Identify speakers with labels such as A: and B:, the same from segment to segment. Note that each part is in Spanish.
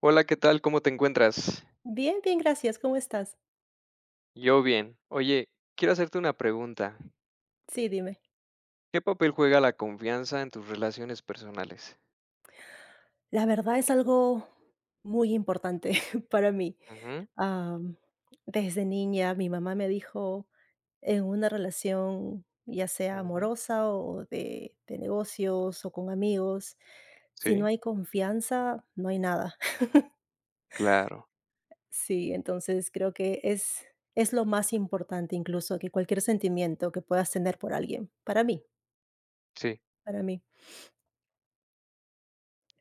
A: Hola, ¿qué tal? ¿Cómo te encuentras?
B: Bien, bien, gracias, ¿cómo estás?
A: Yo bien. Oye, quiero hacerte una pregunta.
B: Sí, dime.
A: ¿Qué papel juega la confianza en tus relaciones personales?
B: La verdad es algo muy importante para mí.
A: Ujú,
B: Am, desde niña mi mamá me dijo, en una relación, ya sea
A: ujú.
B: amorosa o de negocios o con amigos, si no
A: Sí,
B: hay confianza, no hay nada.
A: claro.
B: Sí, entonces creo que es lo más importante incluso que cualquier sentimiento que puedas tener por alguien, para mí,
A: Sí.
B: para mí.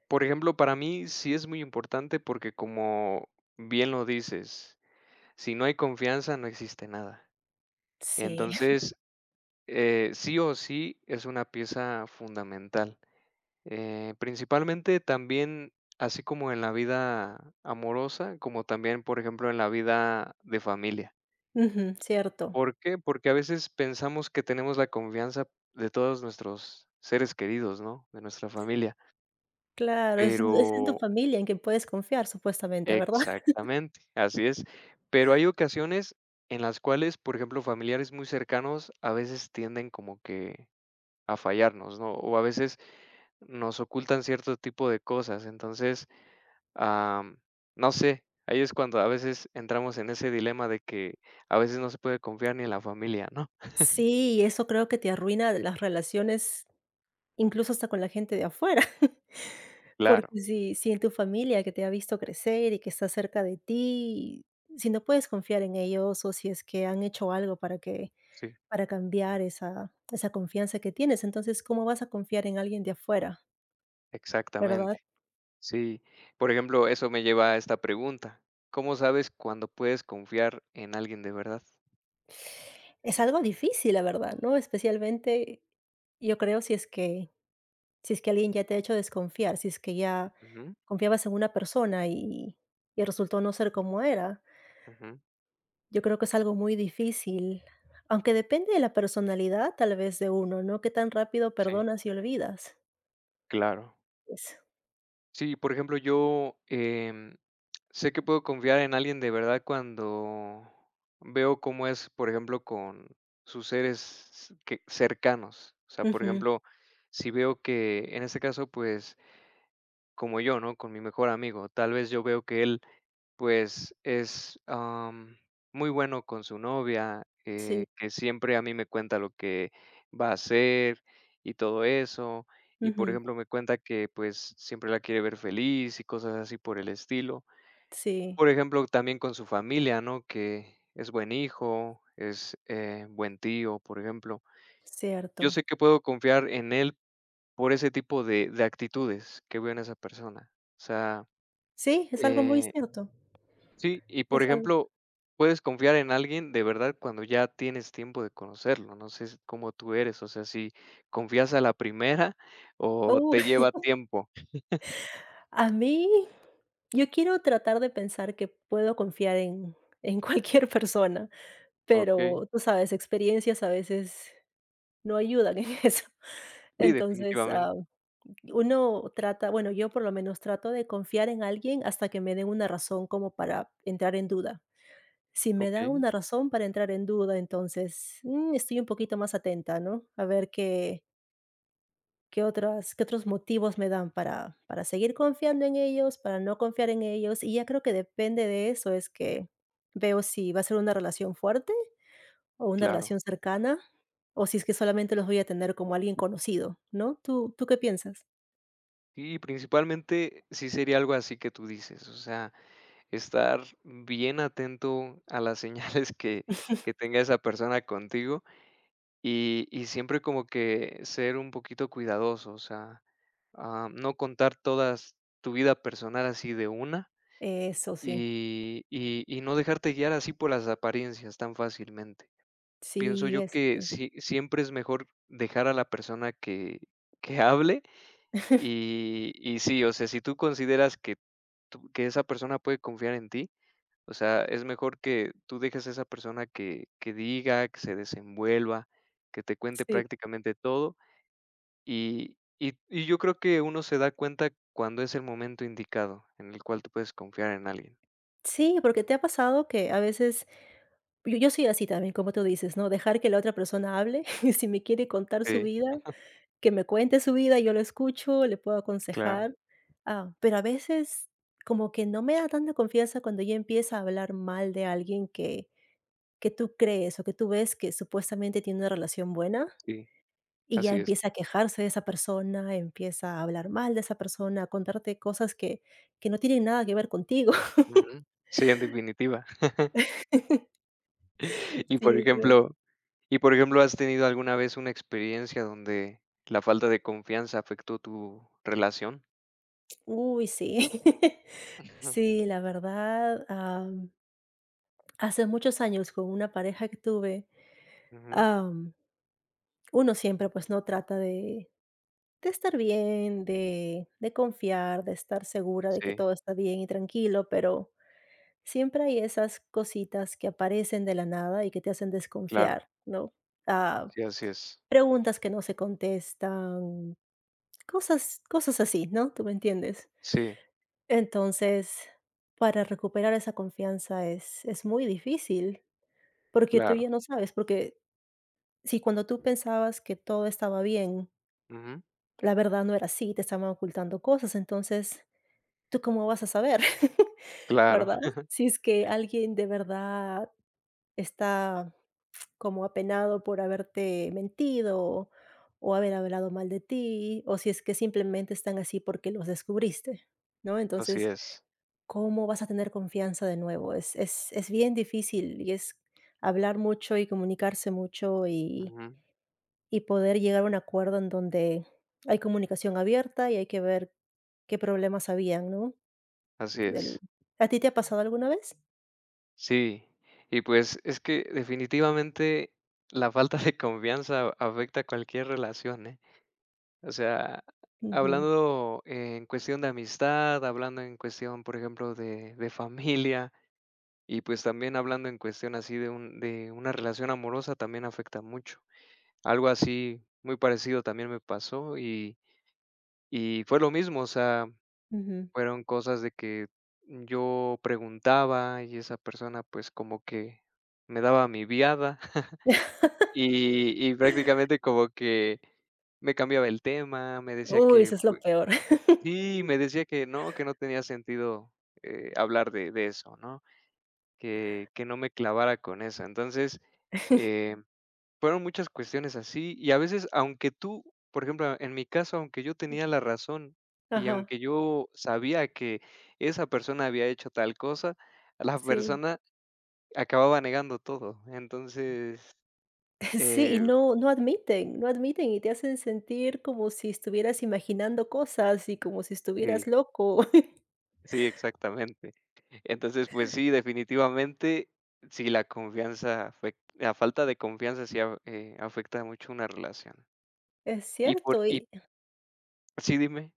A: Por ejemplo, para mí sí es muy importante porque como bien lo dices, si no hay confianza no existe nada.
B: Sí,
A: Entonces, sí o sí es una pieza fundamental. Principalmente también, así como en la vida amorosa, como también, por ejemplo, en la vida de familia.
B: ujú, cierto.
A: ¿Por qué? Porque a veces pensamos que tenemos la confianza de todos nuestros seres queridos, ¿no? De nuestra familia.
B: Claro, es en tu
A: Pero
B: familia en quien puedes confiar supuestamente, ¿verdad?
A: exactamente, así es. Pero hay ocasiones en las cuales, por ejemplo, familiares muy cercanos a veces tienden como que a fallarnos, ¿no? O a veces nos ocultan cierto tipo de cosas. Entonces, Am, no sé, ahí es cuando a veces entramos en ese dilema de que a veces no se puede confiar ni en la familia, ¿no?
B: Sí, eso creo que te arruina las relaciones, incluso hasta con la gente de afuera,
A: Claro,
B: porque si en tu familia que te ha visto crecer y que está cerca de ti, si no puedes confiar en ellos o si es que han hecho algo
A: sí,
B: para cambiar esa confianza que tienes, entonces, ¿cómo vas a confiar en alguien de afuera,
A: exactamente.
B: verdad?
A: Sí, por ejemplo, eso me lleva a esta pregunta. ¿Cómo sabes cuándo puedes confiar en alguien de verdad?
B: Es algo difícil, la verdad, ¿no? Especialmente, yo creo, si es que alguien ya te ha hecho desconfiar, si es que ya
A: Ujú,
B: confiabas en una persona y resultó no ser como era.
A: ujú,
B: Yo creo que es algo muy difícil, aunque depende de la personalidad tal vez de uno, ¿no? Qué tan rápido
A: sí,
B: perdonas y olvidas.
A: claro.
B: Es-
A: Sí, por ejemplo, yo, sé que puedo confiar en alguien de verdad cuando veo cómo es, por ejemplo, con sus seres que cercanos. O sea, por
B: Ujú.
A: ejemplo, si veo que, en este caso, pues, como yo, ¿no? Con mi mejor amigo, tal vez yo veo que él, pues, es muy bueno con su novia,
B: Sí,
A: que siempre a mí me cuenta lo que va a hacer y todo eso. Y, por
B: ujú,
A: ejemplo, me cuenta que, pues, siempre la quiere ver feliz y cosas así por el estilo.
B: sí,
A: Por ejemplo, también con su familia, ¿no? Que es buen hijo, es, buen tío, por ejemplo. Yo
B: cierto.
A: sé que puedo confiar en él por ese tipo de actitudes que veo en esa persona. O sea,
B: Sí, es algo muy
A: eh,
B: cierto.
A: sí, y por
B: Es algo.
A: ejemplo, puedes confiar en alguien de verdad cuando ya tienes tiempo de conocerlo, no sé cómo tú eres, o sea, si confías a la primera o
B: Uh,
A: te lleva tiempo,
B: a mí, yo quiero tratar de pensar que puedo confiar en cualquier persona,
A: okey.
B: pero tú sabes, experiencias a veces no ayudan en eso.
A: Sí,
B: Entonces,
A: definitivamente,
B: uno trata, bueno, yo por lo menos trato de confiar en alguien hasta que me den una razón como para entrar en duda. Si me da
A: okey,
B: una razón para entrar en duda, entonces estoy un poquito más atenta, ¿no? A ver qué otros motivos me dan para seguir confiando en ellos, para no confiar en ellos. Y ya creo que depende de eso, es que veo si va a ser una relación fuerte o una
A: claro.
B: relación cercana, o si es que solamente los voy a tener como alguien conocido, ¿no? ¿Tú qué piensas?
A: Y principalmente sí sería algo así que tú dices, o sea, estar bien atento a las señales que tenga esa persona contigo y, siempre como que ser un poquito cuidadoso, o sea, no contar todas tu vida personal así de una
B: Eso sí.
A: y no dejarte guiar así por las apariencias tan fácilmente. Pienso
B: Sí,
A: yo
B: eso
A: que
B: sí.
A: siempre es mejor dejar a la persona que hable y sí, o sea, si tú consideras que tú que esa persona puede confiar en ti, o sea, es mejor que tú dejes a esa persona que diga, que se desenvuelva, que te cuente
B: Sí.
A: prácticamente todo, y yo creo que uno se da cuenta cuando es el momento indicado en el cual tú puedes confiar en alguien.
B: Sí, porque te ha pasado que a veces yo soy así también, como tú dices, ¿no? Dejar que la otra persona hable, y si me quiere contar su
A: Sí,
B: vida, que me cuente su vida, yo lo escucho, le puedo
A: claro,
B: aconsejar. Ah, pero a veces como que no me da tanta confianza cuando ella empieza a hablar mal de alguien que tú crees o que tú ves que supuestamente tiene una relación buena
A: sí,
B: y ya
A: así es.
B: empieza a quejarse de esa persona, empieza a hablar mal de esa persona, a contarte cosas que no tienen nada que ver contigo.
A: Ujú. Sí, en definitiva. Y,
B: Sí,
A: por
B: yo creo.
A: ejemplo Y, por ejemplo, ¿has tenido alguna vez una experiencia donde la falta de confianza afectó tu relación?
B: Uy, sí.
A: Ujú,
B: Sí, la verdad, hace muchos años con una pareja que tuve,
A: ujú.
B: am, uno siempre pues no trata de estar bien, de confiar, de estar segura de que
A: Sí,
B: todo está bien y tranquilo, pero siempre hay esas cositas que aparecen de la nada y que te hacen
A: claro.
B: desconfiar, ¿no? Ah,
A: Sí, así es.
B: Preguntas que no se contestan, cosas así, ¿no? ¿Tú me entiendes?
A: Sí,
B: Entonces, para recuperar esa confianza es muy difícil, porque tú
A: claro.
B: ya no sabes, porque si cuando tú pensabas que todo estaba bien,
A: Ujú,
B: la verdad no era así, te estaban ocultando cosas, entonces, ¿tú cómo vas a saber?
A: claro.
B: ¿Verdad? Si es que alguien de verdad está como apenado por haberte mentido o haber hablado mal de ti, o si es que simplemente están así porque los descubriste, ¿no?
A: Así
B: Entonces,
A: es.
B: ¿cómo vas a tener confianza de nuevo? Es bien difícil y es hablar mucho y comunicarse mucho y,
A: Ujú,
B: y poder llegar a un acuerdo en donde hay comunicación abierta y hay que ver qué problemas habían, ¿no?
A: así
B: El-
A: es.
B: ¿A ti te ha pasado alguna vez?
A: Sí. Y, pues, es que definitivamente la falta de confianza afecta cualquier relación, ¿eh? O sea,
B: Ujú,
A: hablando en cuestión de amistad, hablando en cuestión, por ejemplo, de familia. Y pues también hablando en cuestión así de una relación amorosa también afecta mucho. Algo así muy parecido también me pasó y fue lo mismo, o sea,
B: ujú.
A: fueron cosas de que yo preguntaba y esa persona pues como que me daba mi viada y prácticamente como que me cambiaba el tema,
B: Uy, eso es lo
A: pues
B: peor.
A: sí, me decía que no tenía sentido, hablar de eso, ¿no? Que no me clavara con eso. Entonces, eh, fueron muchas cuestiones así, y a veces, aunque tú, por ejemplo, en mi caso, aunque yo tenía la razón, y
B: Ajá,
A: aunque yo sabía que esa persona había hecho tal cosa, la
B: sí.
A: persona acababa negando todo. Entonces,
B: Sí, y
A: eh,
B: no admiten, no admiten, y te hacen sentir como si estuvieras imaginando cosas y como si
A: sí,
B: estuvieras loco.
A: sí, exactamente. Entonces, pues sí, definitivamente, sí, la falta de confianza sí a afecta mucho una relación.
B: Es
A: Y por
B: cierto,
A: y
B: y
A: sí, dime.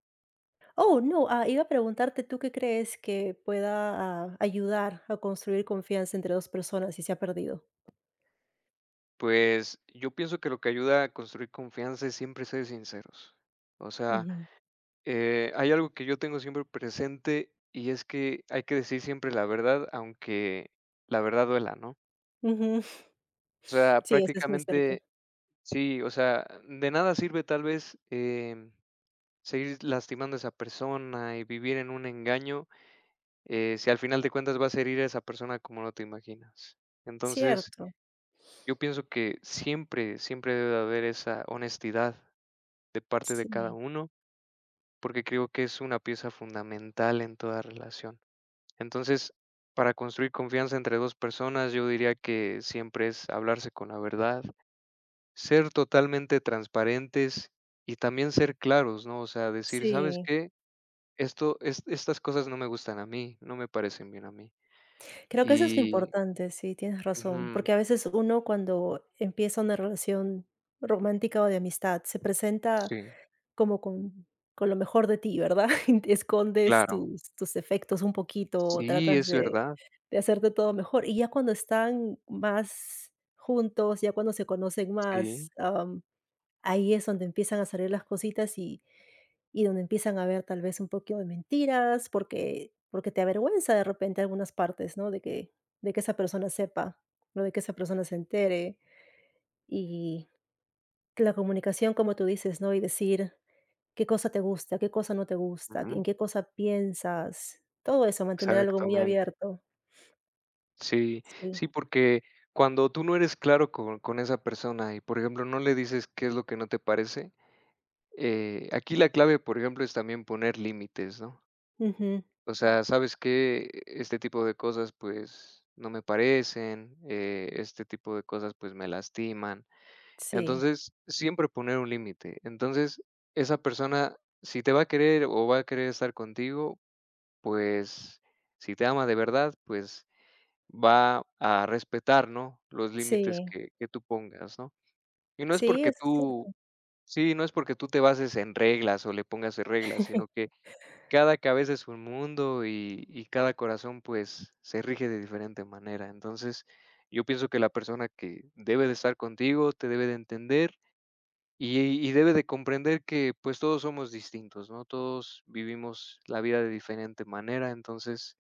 B: oh, no, iba a preguntarte, ¿tú qué crees que pueda, ayudar a construir confianza entre 2 personas si se ha perdido?
A: Pues, yo pienso que lo que ayuda a construir confianza es siempre ser sinceros. O sea,
B: Ujú,
A: hay algo que yo tengo siempre presente, y es que hay que decir siempre la verdad, aunque la verdad duela, ¿no?
B: ujú.
A: O sea,
B: Sí, eso es muy cierto.
A: prácticamente sí, o sea, de nada sirve tal vez, seguir lastimando a esa persona y vivir en un engaño, si al final de cuentas vas a herir a esa persona como no te imaginas. Entonces,
B: Cierto,
A: yo pienso que siempre, siempre debe de haber esa honestidad de parte de cada
B: sí,
A: uno, porque creo que es una pieza fundamental en toda relación. Entonces, para construir confianza entre dos personas, yo diría que siempre es hablarse con la verdad, ser totalmente transparentes y también ser claros, ¿no? O sea, decir, ¿sabes
B: sí.
A: qué? Estas cosas no me gustan a mí, no me parecen bien a mí.
B: Creo que eso es lo
A: Y,
B: importante, sí, tienes razón,
A: ujú,
B: porque a veces uno cuando empieza una relación romántica o de amistad se presenta
A: sí,
B: como con lo mejor de ti, ¿verdad? Escondes
A: claro.
B: tus defectos un poquito,
A: Sí,
B: tratas
A: es
B: de
A: verdad.
B: de hacerte todo mejor. Y ya cuando están más juntos, ya cuando se conocen
A: Sí,
B: más, ahí es donde empiezan a salir las cositas y donde empiezan a ver tal vez un poquito de mentiras, porque te avergüenza de repente algunas partes, ¿no? De que esa persona sepa, ¿no? De que esa persona se entere. Y la comunicación, como tú dices, ¿no? Y decir qué cosa te gusta, qué cosa no te gusta,
A: ujú,
B: en qué cosa piensas, todo eso, mantener algo muy
A: exactamente.
B: abierto.
A: Sí,
B: Sí.
A: sí, porque cuando tú no eres claro con esa persona y, por ejemplo, no le dices qué es lo que no te parece, aquí la clave, por ejemplo, es también poner límites, ¿no?
B: Ujú.
A: O sea, ¿sabes que este tipo de cosas, pues, no me parecen, este tipo de cosas, pues, me lastiman.
B: Sí,
A: Entonces, siempre poner un límite. Entonces, esa persona, si te va a querer o va a querer estar contigo, pues, si te ama de verdad, pues va a respetar, ¿no?, los límites
B: sí,
A: que tú pongas, ¿no? Y no es
B: sí,
A: porque
B: eso es
A: tú
B: cierto.
A: sí, no es porque tú te bases en reglas o le pongas en reglas, sino que cada cabeza es un mundo y cada corazón, pues, se rige de diferente manera. Entonces, yo pienso que la persona que debe de estar contigo te debe de entender y y debe de comprender que, pues, todos somos distintos, ¿no? Todos vivimos la vida de diferente manera. Entonces,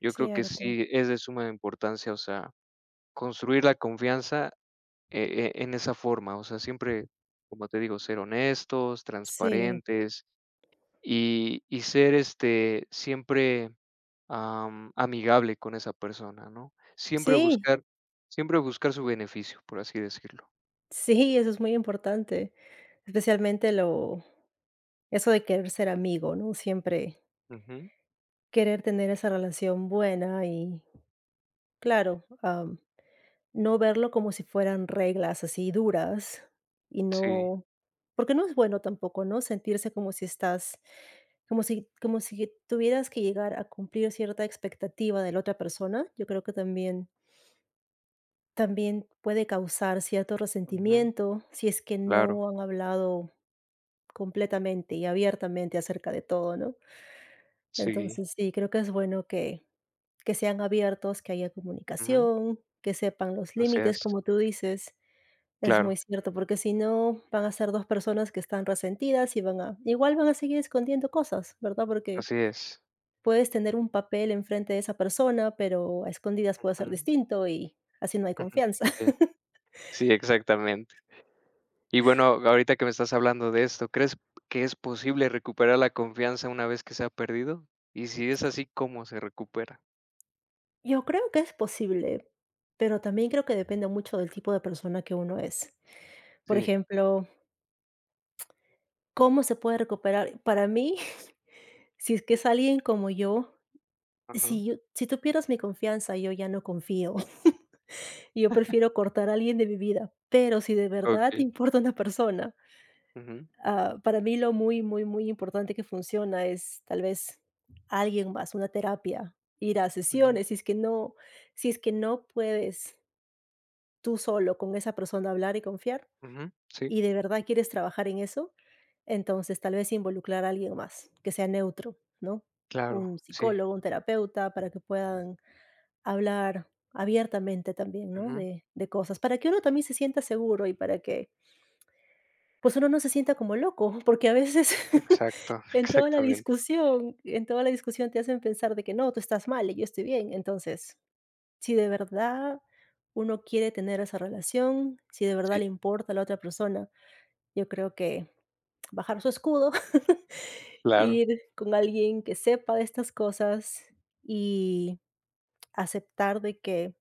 A: yo creo que
B: Cierto.
A: sí es de suma importancia, o sea, construir la confianza, en esa forma, o sea, siempre, como te digo, ser honestos,
B: Sí,
A: transparentes y ser, este, siempre, amigable con esa persona, ¿no? Siempre
B: sí,
A: buscar siempre buscar su beneficio, por así decirlo.
B: sí, eso es muy importante, especialmente lo eso de querer ser amigo, ¿no? Siempre
A: Ujú.
B: querer tener esa relación buena y claro, no verlo como si fueran reglas así duras y
A: Sí.
B: no porque no es bueno tampoco, ¿no? Sentirse como si estás como si tuvieras que llegar a cumplir cierta expectativa de la otra persona. Yo creo que también puede causar cierto
A: Ujú.
B: resentimiento si es que
A: Claro.
B: no han hablado completamente y abiertamente acerca de todo, ¿no?
A: Sí.
B: Entonces, sí, creo que es bueno que sean abiertos, que haya
A: Ujú.
B: comunicación, que sepan los
A: Así
B: límites,
A: es.
B: como tú dices. Es
A: Claro.
B: muy cierto, porque si no van a ser 2 personas que están resentidas y van a igual van a seguir escondiendo cosas, ¿verdad? Porque
A: Así es.
B: puedes tener un papel enfrente de esa persona, pero a escondidas puede ser
A: Ujú.
B: distinto y así no hay
A: Ujú.
B: confianza.
A: Sí. Sí, exactamente. Y bueno, ahorita que me estás hablando de esto, ¿crees que es posible recuperar la confianza una vez que se ha perdido? Y si es así, ¿cómo se recupera?
B: Yo creo que es posible, pero también creo que depende mucho del tipo de persona que uno es. Por
A: Sí,
B: ejemplo, ¿cómo se puede recuperar? Para mí, si es que es alguien como yo,
A: ajá,
B: si tú pierdes mi confianza, yo ya no confío. Y yo prefiero cortar a alguien de mi vida, pero si de verdad te
A: okey.
B: importa una persona,
A: Ujú,
B: para mí lo muy, muy, muy importante que funciona es tal vez alguien más, una terapia, ir a
A: ujú,
B: sesiones, si es que no puedes tú solo con esa persona hablar y confiar,
A: ujú, sí,
B: y de verdad quieres trabajar en eso, entonces tal vez involucrar a alguien más que sea neutro, ¿no?
A: claro,
B: Un
A: sí,
B: psicólogo, un terapeuta, para que puedan hablar abiertamente también, ¿no?
A: ujú,
B: De cosas, para que uno también se sienta seguro y para que, pues, uno no se sienta como loco, porque a veces
A: exacto,
B: en toda la
A: exactamente,
B: discusión en toda la discusión te hacen pensar de que no, tú estás mal y yo estoy bien. Entonces, si de verdad uno quiere tener esa relación, si de verdad
A: sí,
B: le importa a la otra persona, yo creo que bajar su escudo,
A: claro,
B: ir con alguien que sepa de estas cosas y aceptar de que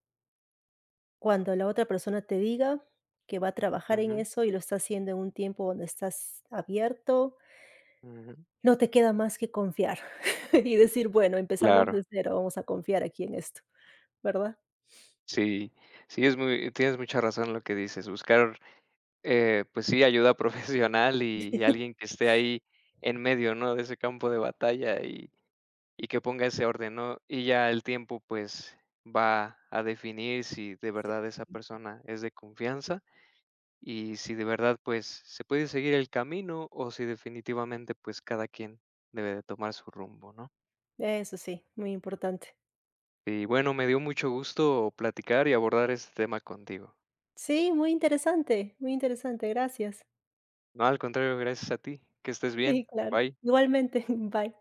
B: cuando la otra persona te diga que va a trabajar en
A: ujú,
B: eso y lo está haciendo en un tiempo donde estás abierto,
A: ujú,
B: no te queda más que confiar y decir: "Bueno, empezamos
A: claro,
B: de cero, vamos a confiar aquí en esto", ¿verdad?
A: sí, sí, es muy tienes mucha razón en lo que dices, buscar, pues sí, ayuda profesional y alguien que esté ahí en medio, ¿no?, de ese campo de batalla y que ponga ese orden, ¿no? Y ya el tiempo, pues, va a definir si de
B: Sí.
A: verdad esa persona es de confianza y si de verdad, pues, se puede seguir el camino o si definitivamente, pues, cada quien debe de tomar su rumbo, ¿no?
B: Eso sí, muy importante.
A: Y bueno, me dio mucho gusto platicar y abordar este tema contigo.
B: Sí, muy interesante, gracias.
A: No, al contrario, gracias a ti. Que estés bien.
B: Sí, claro.
A: Bye.
B: Igualmente, bye.